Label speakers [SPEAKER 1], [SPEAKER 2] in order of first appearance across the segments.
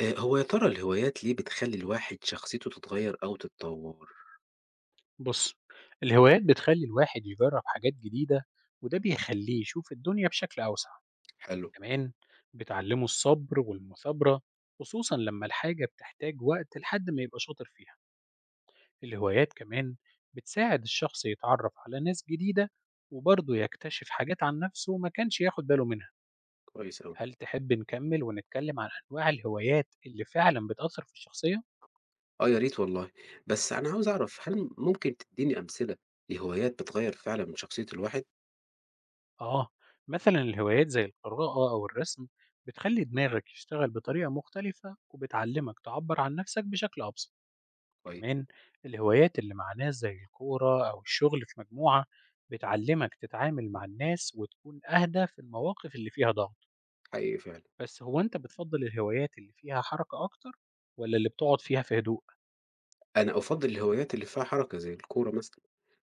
[SPEAKER 1] هو يا ترى الهوايات ليه بتخلّي الواحد شخصيته تتغيّر أو تتطوّر؟
[SPEAKER 2] بص، الهوايات بتخلي الواحد يجرب حاجات جديدة، وده بيخليه يشوف الدنيا بشكل أوسع.
[SPEAKER 1] حلو،
[SPEAKER 2] كمان بتعلمه الصبر والمثابرة، خصوصا لما الحاجة بتحتاج وقت لحد ما يبقى شاطر فيها. الهوايات كمان بتساعد الشخص يتعرف على ناس جديدة، وبرضه يكتشف حاجات عن نفسه ما كانش ياخد باله منها.
[SPEAKER 1] كويس أوي.
[SPEAKER 2] هل تحب نكمل ونتكلم عن أنواع الهوايات اللي فعلا بتأثر في الشخصية؟
[SPEAKER 1] آه يا ريت والله، بس أنا عاوز أعرف هل ممكن تدّيني أمثلة لهوايات بتغيّر فعلًا من شخصية الواحد؟
[SPEAKER 2] آه، مثلا الهوايات زي القراءة أو الرسم بتخلي دماغك يشتغل بطريقة مختلفة، وبتعلمك تعبر عن نفسك بشكل أبسط.
[SPEAKER 1] كويس،
[SPEAKER 2] كمان الهوايات اللي مع ناس زي الكورة أو الشغل في مجموعة بتعلمك تتعامل مع الناس، وتكون أهدى في المواقف اللي فيها ضغط.
[SPEAKER 1] حقيقي فعلًا.
[SPEAKER 2] بس هو أنت بتفضل الهوايات اللي فيها حركة أكتر، ولا اللي بتقعد فيها في هدوء؟
[SPEAKER 1] أنا أفضّل الهوايات اللي فيها حركة زي الكورة مثلًا.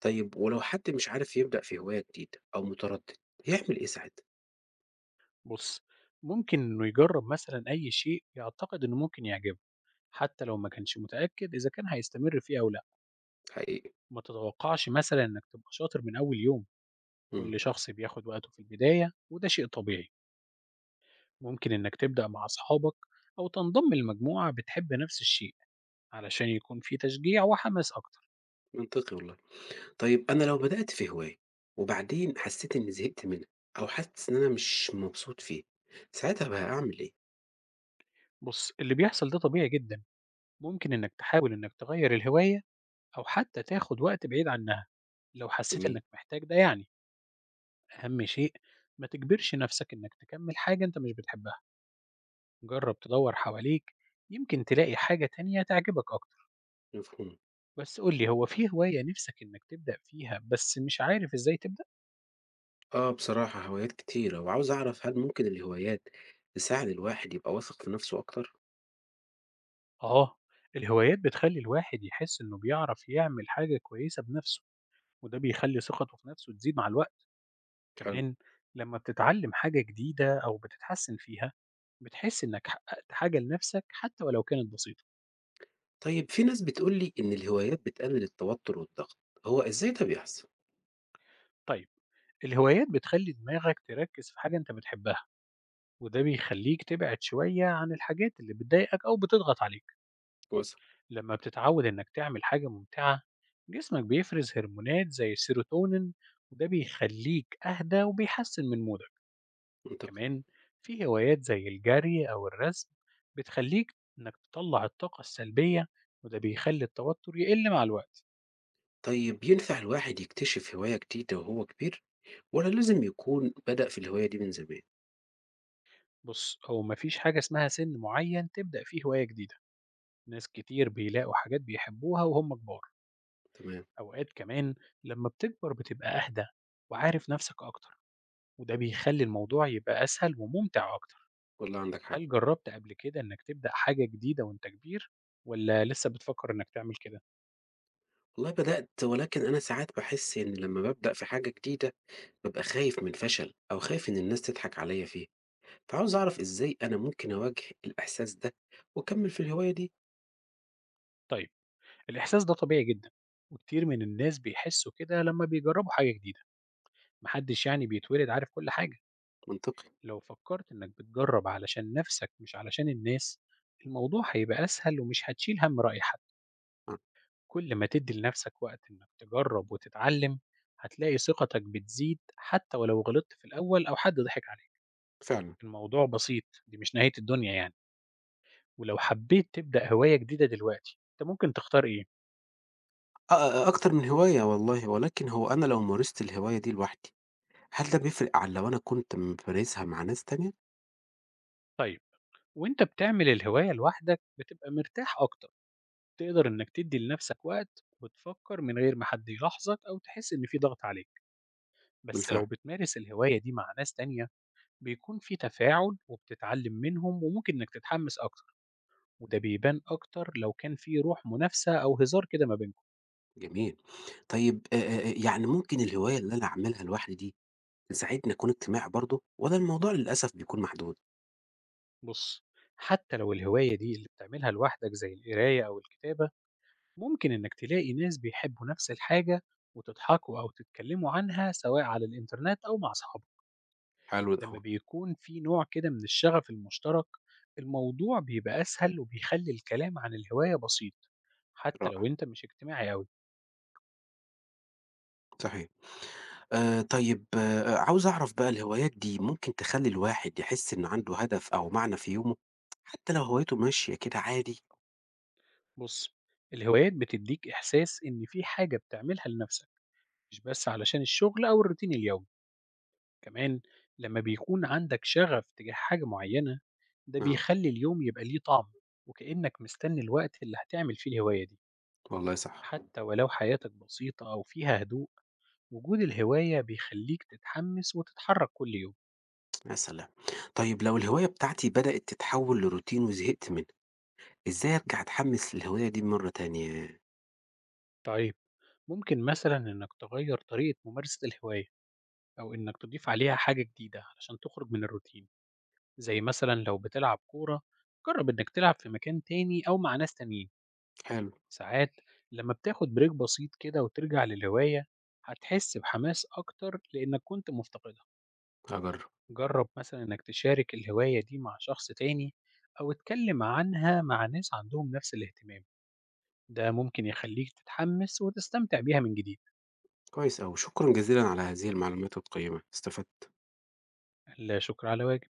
[SPEAKER 1] طيب ولو حد مش عارف يبدأ في هواية جديدة أو متردد، يعمل إيه ساعتها؟
[SPEAKER 2] بص، ممكن إنه يجرب مثلا أي شيء يعتقد إنه ممكن يعجبه، حتى لو ما كانش متأكد إذا كان هيستمر فيه أو لأ.
[SPEAKER 1] حقيقي،
[SPEAKER 2] ما تتوقعش مثلا إنك تبقى شاطر من أول يوم.
[SPEAKER 1] إمم،
[SPEAKER 2] كل شخص بياخد وقته في البداية، وده شيء طبيعي. ممكن إنك تبدأ مع أصحابك، أو تنضم لمجموعة بتحب نفس الشيء، علشان يكون في تشجيع وحماس أكتر.
[SPEAKER 1] منطقي والله. طيب أنا لو بدأت في هواية وبعدين حسّيت إنّي زهقت منها أو حاسس إن أنا مش مبسوط فيها، ساعتها بقى أعمل إيه؟
[SPEAKER 2] بص، اللي بيحصل ده طبيعي جدا. ممكن إنك تحاول إنك تغير الهواية، أو حتى تاخد وقت بعيد عنها لو حسيت
[SPEAKER 1] جميل،
[SPEAKER 2] إنك محتاج ده يعني. أهم شيء ما تجبرش نفسك إنك تكمل حاجة أنت مش بتحبها. جرب تدور حواليك، يمكن تلاقي حاجة تانية تعجبك أكتر.
[SPEAKER 1] مفهوم.
[SPEAKER 2] بس قُل لي، هو في هواية نِفْسك إنّك تبدأ فيها بس مش عارف إزاي تبدأ؟
[SPEAKER 1] آه، بصراحة هوايات كتيرة، وعاوز أعرف هل ممكن الهوايات تساعد الواحد يبقى واثق في نفسه أكتر؟
[SPEAKER 2] آه، الهوايات بتخلّي الواحد يحس إنه بيعرف يعمل حاجة كويسة بنَفْسه، وده بيخلّي ثقته في نَفْسه تزيد مع الوقت.
[SPEAKER 1] حلو.
[SPEAKER 2] كمان لمّا بتتعلّم حاجة جديدة أو بتتحسّن فيها، بتحس إنّك حقّقت حاجة لنَفْسك حتى ولو كانت بسيطة.
[SPEAKER 1] طيب في ناس بتقول لي إن الهوايات بتقلل التوتر والضغط، هو إزاي ده بيحصل؟
[SPEAKER 2] طيب، الهوايات بتخلّي دماغك تركّز في حاجة أنت بتحبها، وده بيخلّيك تبعد شوية عن الحاجات اللي بتضايقك أو بتضغط عليك.
[SPEAKER 1] كويس،
[SPEAKER 2] لما بتتعود إنك تعمل حاجة ممتعة، جسمك بيفرز هرمونات زي السيروتونين، وده بيخليك أهدى وبيحسن من مودك.
[SPEAKER 1] منطقي.
[SPEAKER 2] كمان في هوايات زي الجري أو الرسم بتخليك إنك تطلع الطاقة السلبية، وده بيخلي التوتر يقل مع الوقت.
[SPEAKER 1] طيب ينفع الواحد يكتشف هواية جديدة وهو كبير ولا لازم يكون بدأ في الهواية دي من زمان؟
[SPEAKER 2] بص، هو مفيش حاجة اسمها سن معين تبدأ فيه هواية جديدة. ناس كتير بيلاقوا حاجات بيحبوها وهم كبار.
[SPEAKER 1] تمام،
[SPEAKER 2] أوقات كمان لما بتكبر بتبقى أهدى، وعارف نفسك أكتر، وده بيخلي الموضوع يبقى أسهل وممتع أكتر.
[SPEAKER 1] والله عندك حق.
[SPEAKER 2] هل جرّبت قبل كده إنّك تبدأ حاجة جديدة وأنت كبير، والّا لسه بتفكّر إنّك تعمل كده؟
[SPEAKER 1] والله بدأت ولكن أنا ساعات باحس إن لما بابدأ في حاجة جديدة بابقى خايف من الفشل أو خايف إن الناس تضحك عليا فيها. فعاوز أعرف إزاي أنا ممكن أواجه الإحساس ده وأكمل في الهواية دي.
[SPEAKER 2] طيب، الإحساس ده طبيعي جدًا، وكتير من الناس بيحسّوا كده لمّا بيجرّبوا حاجة جديدة. ما حدّش بيتولد عارف كل حاجة.
[SPEAKER 1] منطقي.
[SPEAKER 2] لو فكّرت إنّك بتجرّب علشان نَفْسك مش علشان الناس، الموضوع هيبقى أسهل ومش هتشيل هَم رأي حد.
[SPEAKER 1] آه،
[SPEAKER 2] كل ما تدّي لنَفْسك وقت إنّك تجرّب وتتعلّم، هتلاقي ثقتك بتزيد حتى ولو غلطت في الأول أو حد ضحك عليك.
[SPEAKER 1] فعلا.
[SPEAKER 2] الموضوع بسيط، دي مش نهاية الدنيا. ولو حبيت تبدأ هواية جديدة دلوقتي، أنت ممكن تختار إيه؟
[SPEAKER 1] أكتر من هواية والله ولكن هو أنا لو مارست الهواية دي لوحدي هل ده بيفرق عن لو أنا كنت ممارسها مع ناس تانية؟
[SPEAKER 2] طيب، وأنت بتعمل الهواية لوحدك بتبقى مرتاح أكتر، تقدر إنك تدي لنفسك وقت وتفكر من غير ما حد يلاحظك أو تحس إن في ضغط عليك. بس لو
[SPEAKER 1] بالفعل.
[SPEAKER 2] بتمارس الهواية دي مع ناس تانية بيكون في تفاعل، وبتتعلم منهم، وممكن إنك تتحمس أكتر، وده بيبان أكتر لو كان في روح منافسة أو هزار كده ما بينكم.
[SPEAKER 1] جميل. طيب آه، آه، آه، يعني ممكن الهواية اللي أنا أعملها لوحدي دي تساعدني أكون اجتماعي برضه ولا الموضوع للأسف بيكون محدود؟
[SPEAKER 2] بص، حتى لو الهواية دي اللي بتعملها لوحدك زي القراية أو الكتابة، ممكن إنك تلاقي ناس بيحبوا نفس الحاجة، وتضحكوا أو تتكلموا عنها سواء على الإنترنت أو مع أصحابك.
[SPEAKER 1] حلو ده
[SPEAKER 2] لما
[SPEAKER 1] أهو.
[SPEAKER 2] بيكون في نوع كده من الشغف المشترك، الموضوع بيبقى أسهل، وبيخلي الكلام عن الهواية بسيط حتى لو
[SPEAKER 1] رائع.
[SPEAKER 2] أنت مش اجتماعي أوي.
[SPEAKER 1] صحيح. آه، طيب، عاوز أعرف بقى الهوايات دي ممكن تخلي الواحد يحس إنه عنده هدف أو معنى في يومه حتى لو هوايته ماشية كده عادي.
[SPEAKER 2] بص، الهوايات بتديك إحساس إن في حاجة بتعملها لنفسك، مش بس علشان الشغل أو الروتين اليومي. كمان لما بيكون عندك شغف تجاه حاجة معينة، ده
[SPEAKER 1] آه،
[SPEAKER 2] بيخلي اليوم يبقى ليه طعم، وكأنك مستني الوقت اللي هتعمل فيه الهواية دي.
[SPEAKER 1] والله صح.
[SPEAKER 2] حتى ولو حياتك بسيطة أو فيها هدوء، وجود الهواية بيخليك تتحمس وتتحرك كل يوم.
[SPEAKER 1] يا سلام. طيب لو الهواية بتاعتي بدأت تتحول لروتين وزهقت منها ازاي ارجع اتحمس للهواية دي مرة تانية؟
[SPEAKER 2] طيب، ممكن مثلا إنك تغير طريقة ممارسة الهواية، أو إنك تضيف عليها حاجة جديدة علشان تخرج من الروتين. زي مثلا لو بتلعب كورة، جرب إنك تلعب في مكان تاني أو مع ناس تانيين.
[SPEAKER 1] حلو.
[SPEAKER 2] ساعات لما بتاخد بريك بسيط كده وترجع للهواية، هتحس بحماس أكتر لأنك كنت مفتقدها.
[SPEAKER 1] هجرب.
[SPEAKER 2] جرب مثلا إنك تشارك الهواية دي مع شخص تاني، أو اتكلم عنها مع ناس عندهم نفس الاهتمام، ده ممكن يخليك تتحمس وتستمتع بيها من جديد.
[SPEAKER 1] كويس أوي، شكرا جزيلا على هذه المعلومات القيمة، استفدت.
[SPEAKER 2] لا شكر على واجب.